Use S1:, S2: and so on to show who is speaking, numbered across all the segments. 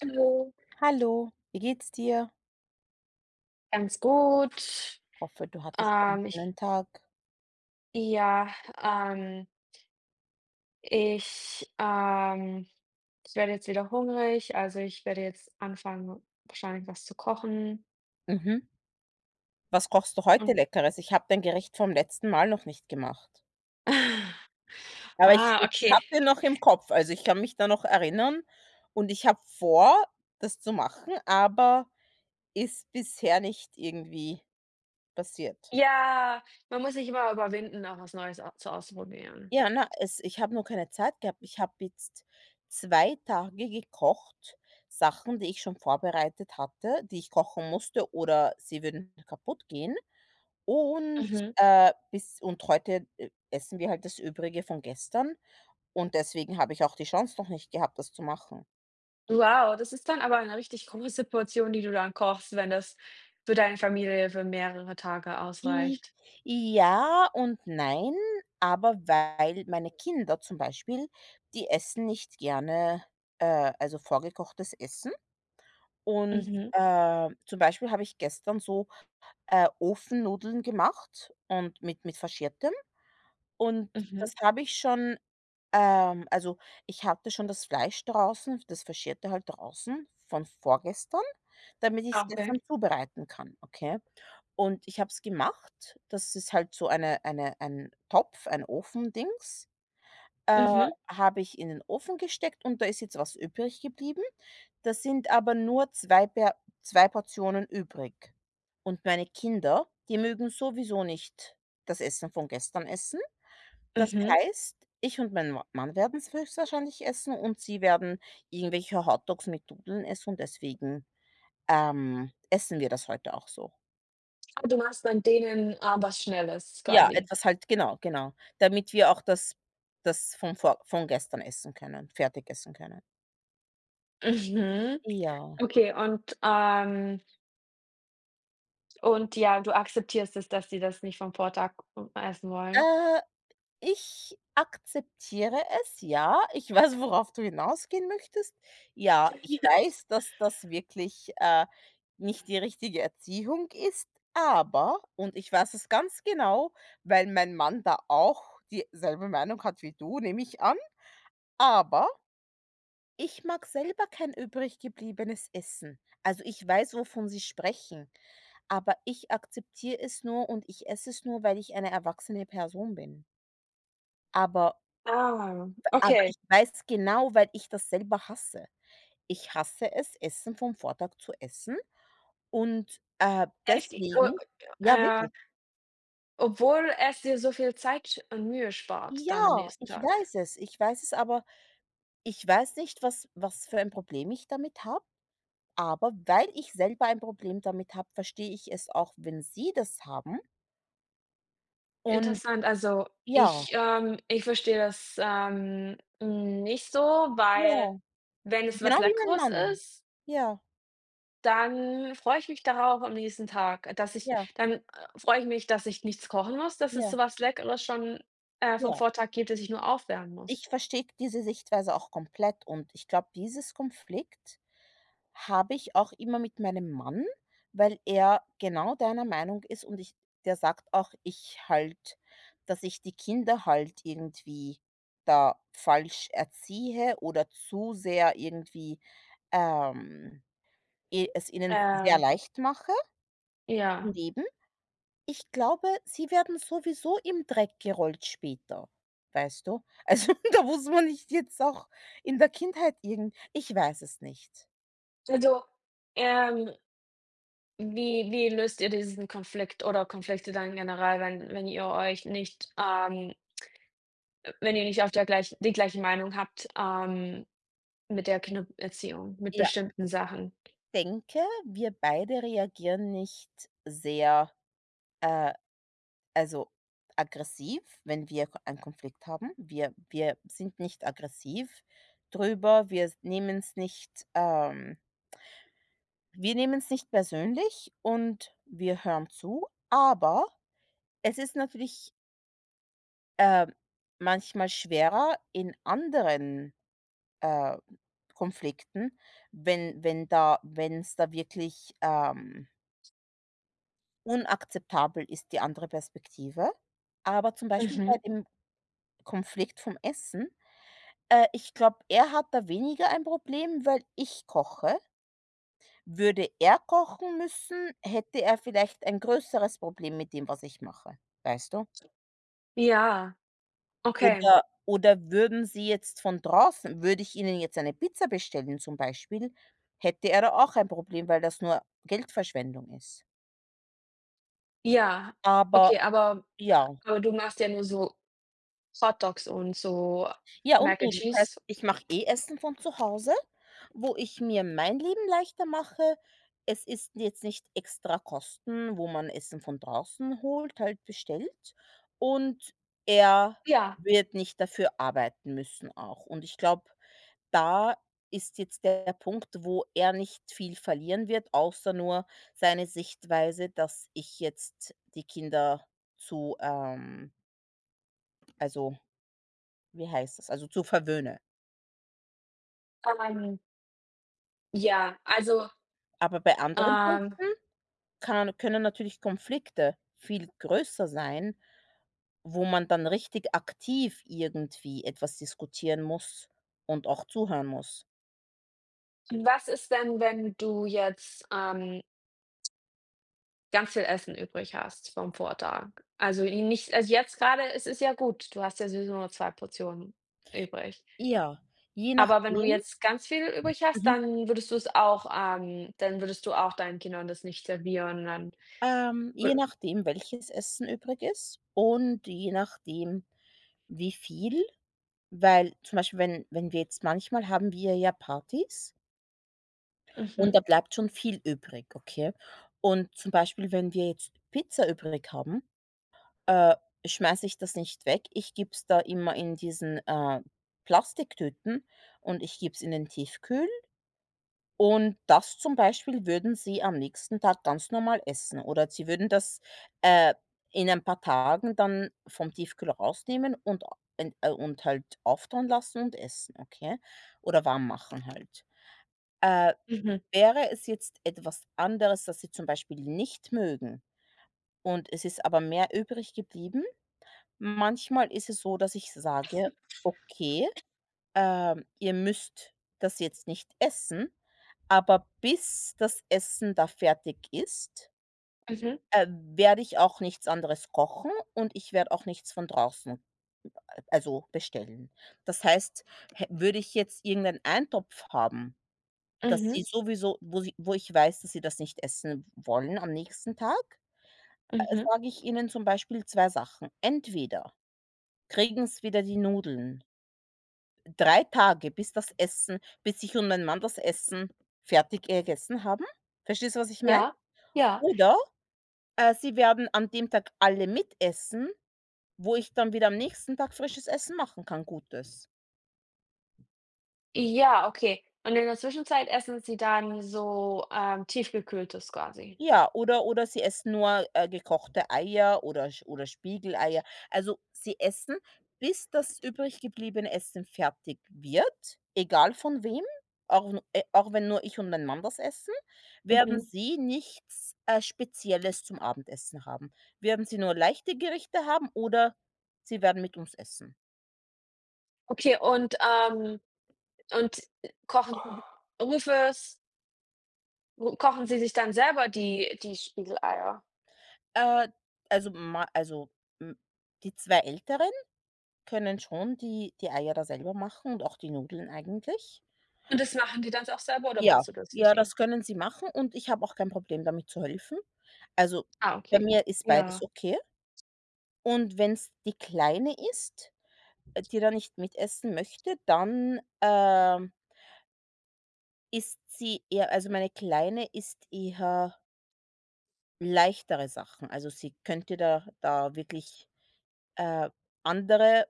S1: Hallo,
S2: Hallo, wie geht's dir?
S1: ganz gut.
S2: Hoffe, du hattest einen
S1: Ähm, ich
S2: schönen Tag.
S1: ja, ähm, ich, ähm Ich werde jetzt wieder hungrig, also ich werde jetzt anfangen, wahrscheinlich was zu kochen
S2: Mhm. Was kochst du heute
S1: und
S2: Leckeres? Ich habe dein Gericht vom letzten Mal noch nicht gemacht. Aber ich
S1: Ah,
S2: ich
S1: okay.
S2: habe den noch im Kopf, also ich kann mich da noch erinnern und ich habe vor, das zu machen, aber ist bisher nicht irgendwie passiert.
S1: Ja, man muss sich immer überwinden, auch was Neues au zu ausprobieren.
S2: Ja, na, es ich habe nur keine Zeit gehabt. Ich habe jetzt 2 Tage gekocht, Sachen, die ich schon vorbereitet hatte, die ich kochen musste, oder sie würden kaputt gehen. Und,
S1: Mhm.
S2: bis und heute, essen wir halt das Übrige von gestern, und deswegen habe ich auch die Chance noch nicht gehabt, das zu machen.
S1: Wow, das ist dann aber eine richtig große Portion, die du dann kochst, wenn das für deine Familie für mehrere Tage
S2: I
S1: ausreicht.
S2: Ja und nein, aber weil meine Kinder zum Beispiel, die essen nicht gerne, also vorgekochtes Essen. Und,
S1: Mhm,
S2: zum Beispiel habe ich gestern so, Ofennudeln gemacht und mit Faschiertem, und
S1: mhm.
S2: das habe ich schon also, ich hatte schon das Fleisch draußen, das Verschierte halt draußen von vorgestern, damit ich
S1: Ah,
S2: es
S1: okay.
S2: gestern zubereiten kann, okay? Und ich habe es gemacht. Das ist halt so ein Topf, ein Ofendings, äh,
S1: Mhm,
S2: habe ich in den Ofen gesteckt, und da ist jetzt was übrig geblieben. Da sind aber nur 2, Per 2 Portionen übrig. Und meine Kinder, die mögen sowieso nicht das Essen von gestern essen. Das
S1: mhm.
S2: heißt, ich und mein Ma Mann werden es höchstwahrscheinlich essen und sie werden irgendwelche Hotdogs mit Nudeln essen, und deswegen, essen wir das heute auch so.
S1: Du machst dann denen, was Schnelles
S2: Ja,
S1: quasi.
S2: etwas halt, genau, genau, damit wir auch das von gestern essen können, fertig essen können.
S1: Mhm.
S2: Ja.
S1: Okay, und ja, du akzeptierst es, dass die das nicht vom Vortag essen wollen?
S2: Äh Ich akzeptiere es, ja. Ich weiß, worauf du hinausgehen möchtest. Ja, ich weiß, dass das wirklich, nicht die richtige Erziehung ist, und ich weiß es ganz genau, weil mein Mann da auch dieselbe Meinung hat wie du, nehme ich an, aber ich mag selber kein übrig gebliebenes Essen. Also, ich weiß, wovon sie sprechen, aber ich akzeptiere es nur und ich esse es nur, weil ich eine erwachsene Person bin. Aber
S1: Ah,
S2: Aber
S1: okay.
S2: ich weiß genau, weil ich das selber hasse. Ich hasse es, Essen vom Vortag zu essen, und,
S1: Echt? O
S2: deswegen. Ja,
S1: äh,
S2: wirklich.
S1: Obwohl es dir so viel Zeit und Mühe spart dann am
S2: Ja,
S1: nächsten
S2: ich
S1: Tag.
S2: weiß es. Ich weiß es, aber ich weiß nicht, was für ein Problem ich damit habe, aber weil ich selber ein Problem damit habe, verstehe ich es auch, wenn sie das haben. Und
S1: Interessant, also
S2: ja,
S1: ich verstehe das, nicht so, weil
S2: ja,
S1: wenn es
S2: genau
S1: was
S2: wie mein
S1: Leckeres
S2: Mann.
S1: ist.
S2: Ja,
S1: Dann freue ich mich darauf am nächsten Tag,
S2: ja,
S1: freue ich mich, dass ich nichts kochen muss, dass es
S2: ja,
S1: so was Leckeres schon, vom
S2: ja.
S1: Vortag gibt, das ich nur aufwärmen muss.
S2: Ich verstehe diese Sichtweise auch komplett, und ich glaube, dieses Konflikt habe ich auch immer mit meinem Mann, weil er genau deiner Meinung ist und ich der sagt auch, ich halt, dass ich die Kinder halt irgendwie da falsch erziehe oder zu sehr irgendwie, ähm, i es ihnen sehr
S1: Äh,
S2: leicht mache im
S1: ja.
S2: Leben. Ich glaube, sie werden sowieso im Dreck gerollt später, weißt du? Also, da muss man nicht jetzt auch in der Kindheit irgend, ich weiß es nicht.
S1: Also, ähm, wie löst ihr diesen Konflikt oder Konflikte dann generell, wenn ihr euch nicht, wenn ihr nicht auf der gleichen die gleiche Meinung habt, mit der Kindererziehung, mit
S2: Ja.
S1: bestimmten Sachen?
S2: Denke, wir beide reagieren nicht sehr, äh, also, aggressiv, wenn wir Ko einen Konflikt haben. Wir sind nicht aggressiv drüber, wir nehmen es nicht persönlich, und wir hören zu, aber es ist natürlich, äh, manchmal schwerer in anderen, äh, Konflikten, wenn es da wirklich, unakzeptabel ist, die andere Perspektive. Aber zum Beispiel bei
S1: Mhm.
S2: dem Konflikt vom Essen, ich glaube, er hat da weniger ein Problem, weil ich koche. Würde er kochen müssen, hätte er vielleicht ein größeres Problem mit dem, was ich mache, weißt du?
S1: Ja, okay.
S2: Oder oder würden Sie jetzt von draußen würde ich Ihnen jetzt eine Pizza bestellen zum Beispiel, hätte er da auch ein Problem, weil das nur Geldverschwendung ist.
S1: Ja,
S2: Aber
S1: okay, aber
S2: ja.
S1: aber du machst ja nur so Hotdogs und so
S2: Ja, und
S1: Mac
S2: du,
S1: and
S2: das heißt,
S1: Cheese.
S2: ich mache eh Essen von zu Hause, wo ich mir mein Leben leichter mache. Es ist jetzt nicht extra Kosten, wo man Essen von draußen holt, halt bestellt. Und er
S1: Ja,
S2: wird nicht dafür arbeiten müssen auch. Und ich glaube, da ist jetzt der Punkt, wo er nicht viel verlieren wird, außer nur seine Sichtweise, dass ich jetzt die Kinder zu, also, wie heißt das? Also, zu verwöhne.
S1: ähm, ja, also,
S2: Aber bei anderen
S1: ähm,
S2: Punkten kann können natürlich Konflikte viel größer sein, wo man dann richtig aktiv irgendwie etwas diskutieren muss und auch zuhören muss.
S1: was ist denn, wenn du jetzt, ganz viel Essen übrig hast vom Vortag? Also, nicht also, jetzt grade es ist ja gut, du hast ja sowieso nur 2 Portionen übrig.
S2: Ja, je
S1: Aber wenn du
S2: nachdem.
S1: jetzt ganz viel übrig hast,
S2: Mhm.
S1: dann würdest du auch deinen Kindern das nicht servieren, dann wür
S2: Je nachdem, welches Essen übrig ist und je nachdem, wie viel, weil zum Beispiel, wenn wir jetzt manchmal haben wir ja Partys und
S1: mhm,
S2: da bleibt schon viel übrig, okay? Und zum Beispiel, wenn wir jetzt Pizza übrig haben, äh, schmeiße ich das nicht weg. Ich gebe es da immer in diesen, Plastiktüten, und ich gebe es in den Tiefkühl. Und das zum Beispiel würden sie am nächsten Tag ganz normal essen, oder sie würden das, äh, in ein paar Tagen dann vom Tiefkühler rausnehmen und a en und halt auftauen lassen und essen, okay? Oder warm machen halt. Äh,
S1: mhm,
S2: Wäre es jetzt etwas anderes, das sie zum Beispiel nicht mögen, und es ist aber mehr übrig geblieben. Manchmal ist es so, dass ich sage: „Okay, ihr müsst das jetzt nicht essen, aber bis das Essen da fertig ist,
S1: mhm,
S2: werde ich auch nichts anderes kochen, und ich werde auch nichts von draußen, also bestellen.“ Das heißt, hä würde ich jetzt irgendeinen Eintopf haben, dass
S1: mhm,
S2: sie sowieso wo sie wo ich weiß, dass sie das nicht essen wollen am nächsten Tag,
S1: mhm,
S2: sage ich ihnen zum Beispiel 2 Sachen. Entweder kriegen's wieder die Nudeln drei Tage, bis das Essen bis ich und mein Mann das Essen fertig gegessen haben. Verstehst du, was ich meine?
S1: ja, ja.
S2: Oder, sie werden an dem Tag alle mitessen, wo ich dann wieder am nächsten Tag frisches Essen machen kann, gutes.
S1: Ja, okay. Und in der Zwischenzeit essen Sie dann so, Tiefgekühltes quasi?
S2: Ja, oder sie essen nur, gekochte Eier oder Sch oder Spiegeleier. Also, sie essen, bis das übrig gebliebene Essen fertig wird, egal von wem, auch wenn nur ich und mein Mann das essen, werden
S1: Mhm.
S2: sie nichts, Spezielles zum Abendessen haben. Werden sie nur leichte Gerichte haben, oder sie werden mit uns essen.
S1: Okay, und kochen Sie Rufes kochen Sie sich dann selber die Spiegeleier?
S2: Äh, also, hm, die 2 Älteren können schon die Eier da selber machen und auch die Nudeln eigentlich.
S1: Und das machen die dann auch selber oder
S2: Ja,
S1: machst du das für
S2: ja,
S1: sie?
S2: das können sie machen, und ich habe auch kein Problem damit zu helfen. Also,
S1: Ah,
S2: bei
S1: okay.
S2: mir ist beides
S1: Ja.
S2: okay. Und wenn es die Kleine ist, die da nicht mitessen möchte, dann, isst sie eher also, meine Kleine isst eher leichtere Sachen. Also, sie könnte da wirklich, äh, andere,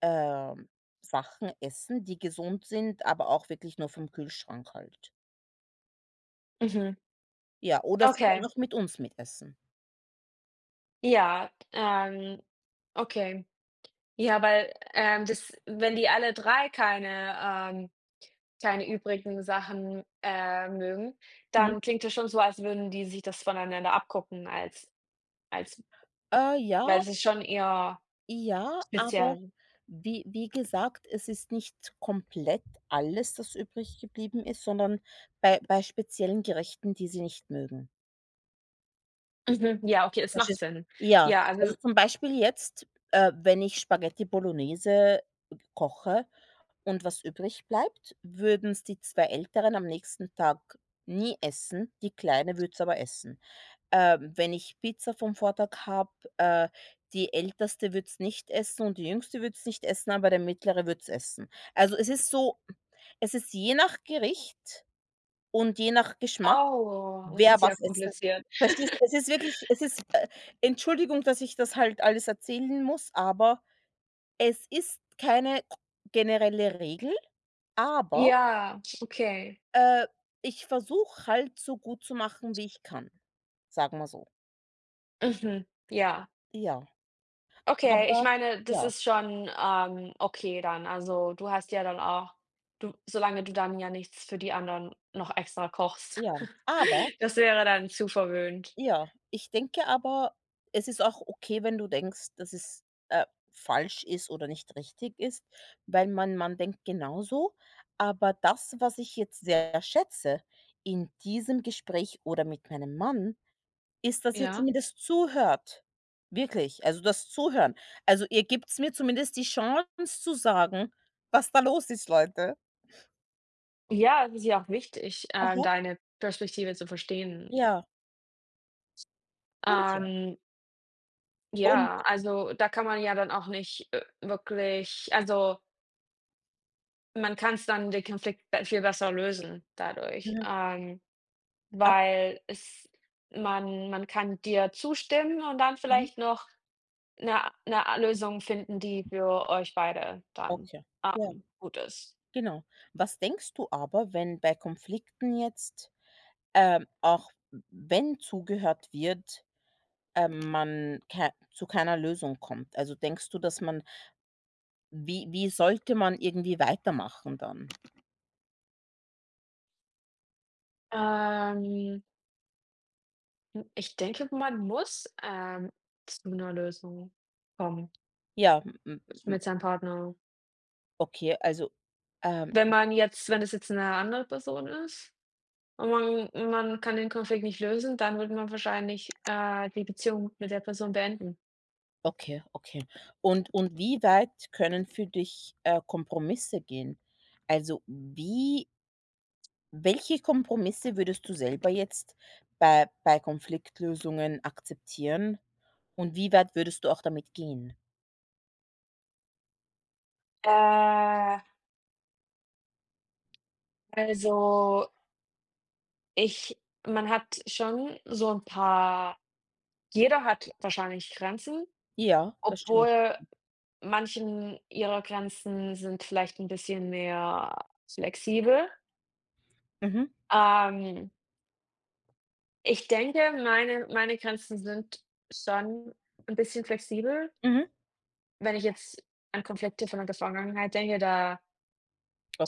S2: ähm, Sachen essen, die gesund sind, aber auch wirklich nur vom Kühlschrank halt.
S1: Mhm.
S2: Ja, oder sie kann
S1: Okay.
S2: auch mit uns mitessen.
S1: Ja, okay. Ja, weil, das wenn die alle 3 keine, ähm keine übrigen Sachen, mögen,
S2: Mhm.
S1: dann klingt das schon so, als würden die sich das voneinander abgucken, als
S2: Ja.
S1: weil es ist schon eher
S2: Ja, aber
S1: speziell.
S2: wie gesagt, es ist nicht komplett alles, das übrig geblieben ist, sondern bei speziellen Gerichten, die sie nicht mögen.
S1: Mhm, ja, okay, das macht
S2: Verstehst du?
S1: Sinn.
S2: Ja,
S1: Ja,
S2: also
S1: also
S2: zum Beispiel jetzt, wenn ich Spaghetti Bolognese koche und was übrig bleibt, würden es die 2 Älteren am nächsten Tag nie essen, die Kleine würde es aber essen. Wenn ich Pizza vom Vortag habe, äh, die Älteste wird's nicht essen und die Jüngste wird's nicht essen, aber der Mittlere wird's essen. Also, es ist je nach Gericht und je nach Geschmack,
S1: oh, das
S2: wer
S1: ist ja
S2: was essen,
S1: kompliziert.
S2: verstehst du? Es ist wirklich es ist, Entschuldigung, dass ich das halt alles erzählen muss, aber es ist keine g generelle Regel, aber,
S1: Ja, okay.
S2: äh, ich versuche halt so gut zu machen, wie ich kann, sagen wir so.
S1: Mhm, ja.
S2: Ja,
S1: Okay, ich
S2: aber
S1: meine, das
S2: ja.
S1: ist schon, okay dann. Also, du hast ja dann auch du solange du dann ja nichts für die anderen noch extra kochst.
S2: Ja, aber
S1: Das wäre dann zu verwöhnt.
S2: ja, ich denke aber, es ist auch okay, wenn du denkst, dass es, äh, falsch ist oder nicht richtig ist, weil man denkt genauso. Aber das, was ich jetzt sehr schätze in diesem Gespräch oder mit meinem Mann, ist, dass ihr
S1: Ja?
S2: zumindest zuhört. Wirklich, also das Zuhören. Also, ihr gibt's mir zumindest die Chance zu sagen, was da los ist, Leute.
S1: Ja, es ist ja auch wichtig,
S2: Aha,
S1: deine Perspektive zu verstehen.
S2: ja, und ja.
S1: Ähm,
S2: Und
S1: ja, also da kann man ja dann auch nicht, wirklich also, man kann es dann den Konflikt be viel besser lösen dadurch,
S2: mhm, ab
S1: weil es man kann dir zustimmen und dann
S2: mhm,
S1: vielleicht noch eine 'ne Lösung finden, die für euch beide dann,
S2: okay. Ja.
S1: gut ist.
S2: Genau. Was denkst du aber, wenn bei Konflikten jetzt, auch wenn zugehört wird, man kei zu keiner Lösung kommt? Also, denkst du, dass man wie wie sollte man irgendwie weitermachen dann?
S1: Ähm, ich denke, man muss, zu einer Lösung kommen.
S2: Ja, m m m
S1: Mit seinem Partner.
S2: okay, also, ähm,
S1: Wenn es jetzt 'ne andere Person ist und man kann den Konflikt nicht lösen, dann würde man wahrscheinlich, die Beziehung mit der Person beenden.
S2: okay, okay. Und wie weit können für dich, Kompromisse gehen? Also, wie welche Kompromisse würdest du selber jetzt bei Konfliktlösungen akzeptieren? Und wie weit würdest du auch damit gehen?
S1: Äh. Also, ich man hat schon so 'n paar jeder hat wahrscheinlich Grenzen,
S2: Ja, da stimme ich.
S1: obwohl manchen ihrer Grenzen sind vielleicht 'n bisschen mehr flexibel.
S2: Mhm,
S1: Ähm, ich denke, meine Grenzen sind schon 'n bisschen flexibel.
S2: mhm.
S1: Wenn ich jetzt an Konflikte von der Vergangenheit denke, da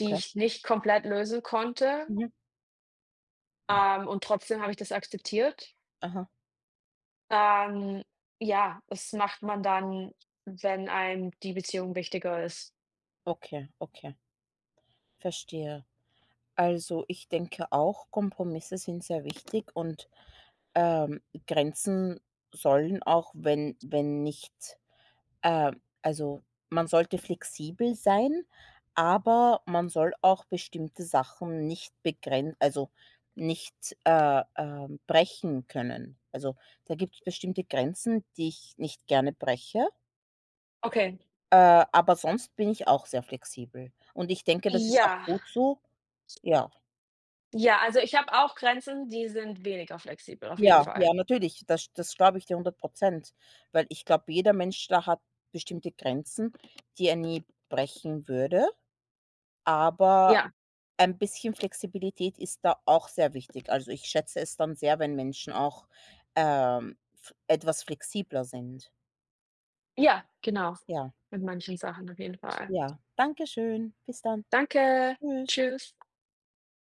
S1: die ich nicht komplett lösen konnte,
S2: Mhm.
S1: und trotzdem habe ich das akzeptiert.
S2: Aha.
S1: Ähm, ja, das macht man dann, wenn einem die Beziehung wichtiger ist.
S2: Okay, okay, verstehe. Also, ich denke auch, Kompromisse sind sehr wichtig, und, ähm, Grenzen sollen auch, wenn wenn nicht also, man sollte flexibel sein, aber man soll auch bestimmte Sachen nicht, brechen können. Also, da gibt es bestimmte Grenzen, die ich nicht gerne breche,
S1: Okay.
S2: aber sonst bin ich auch sehr flexibel. Und ich denke, das ist auch
S1: Ja,
S2: gut so. Ja,
S1: ja, also ich habe auch Grenzen, die sind weniger flexibel, auf jeden
S2: ja,
S1: Fall.
S2: ja, natürlich, das glaube ich dir 100%, weil ich glaube, jeder Mensch da hat bestimmte Grenzen, die er nie brechen würde. Aber
S1: Ja,
S2: ein bisschen Flexibilität ist da auch sehr wichtig. Also, ich schätze es dann sehr, wenn Menschen auch, f etwas flexibler sind.
S1: ja, genau.
S2: Ja,
S1: Mit manchen Sachen auf jeden Fall.
S2: ja. Dankeschön. Bis dann.
S1: Danke.
S2: Tschüss.
S1: Tschüss.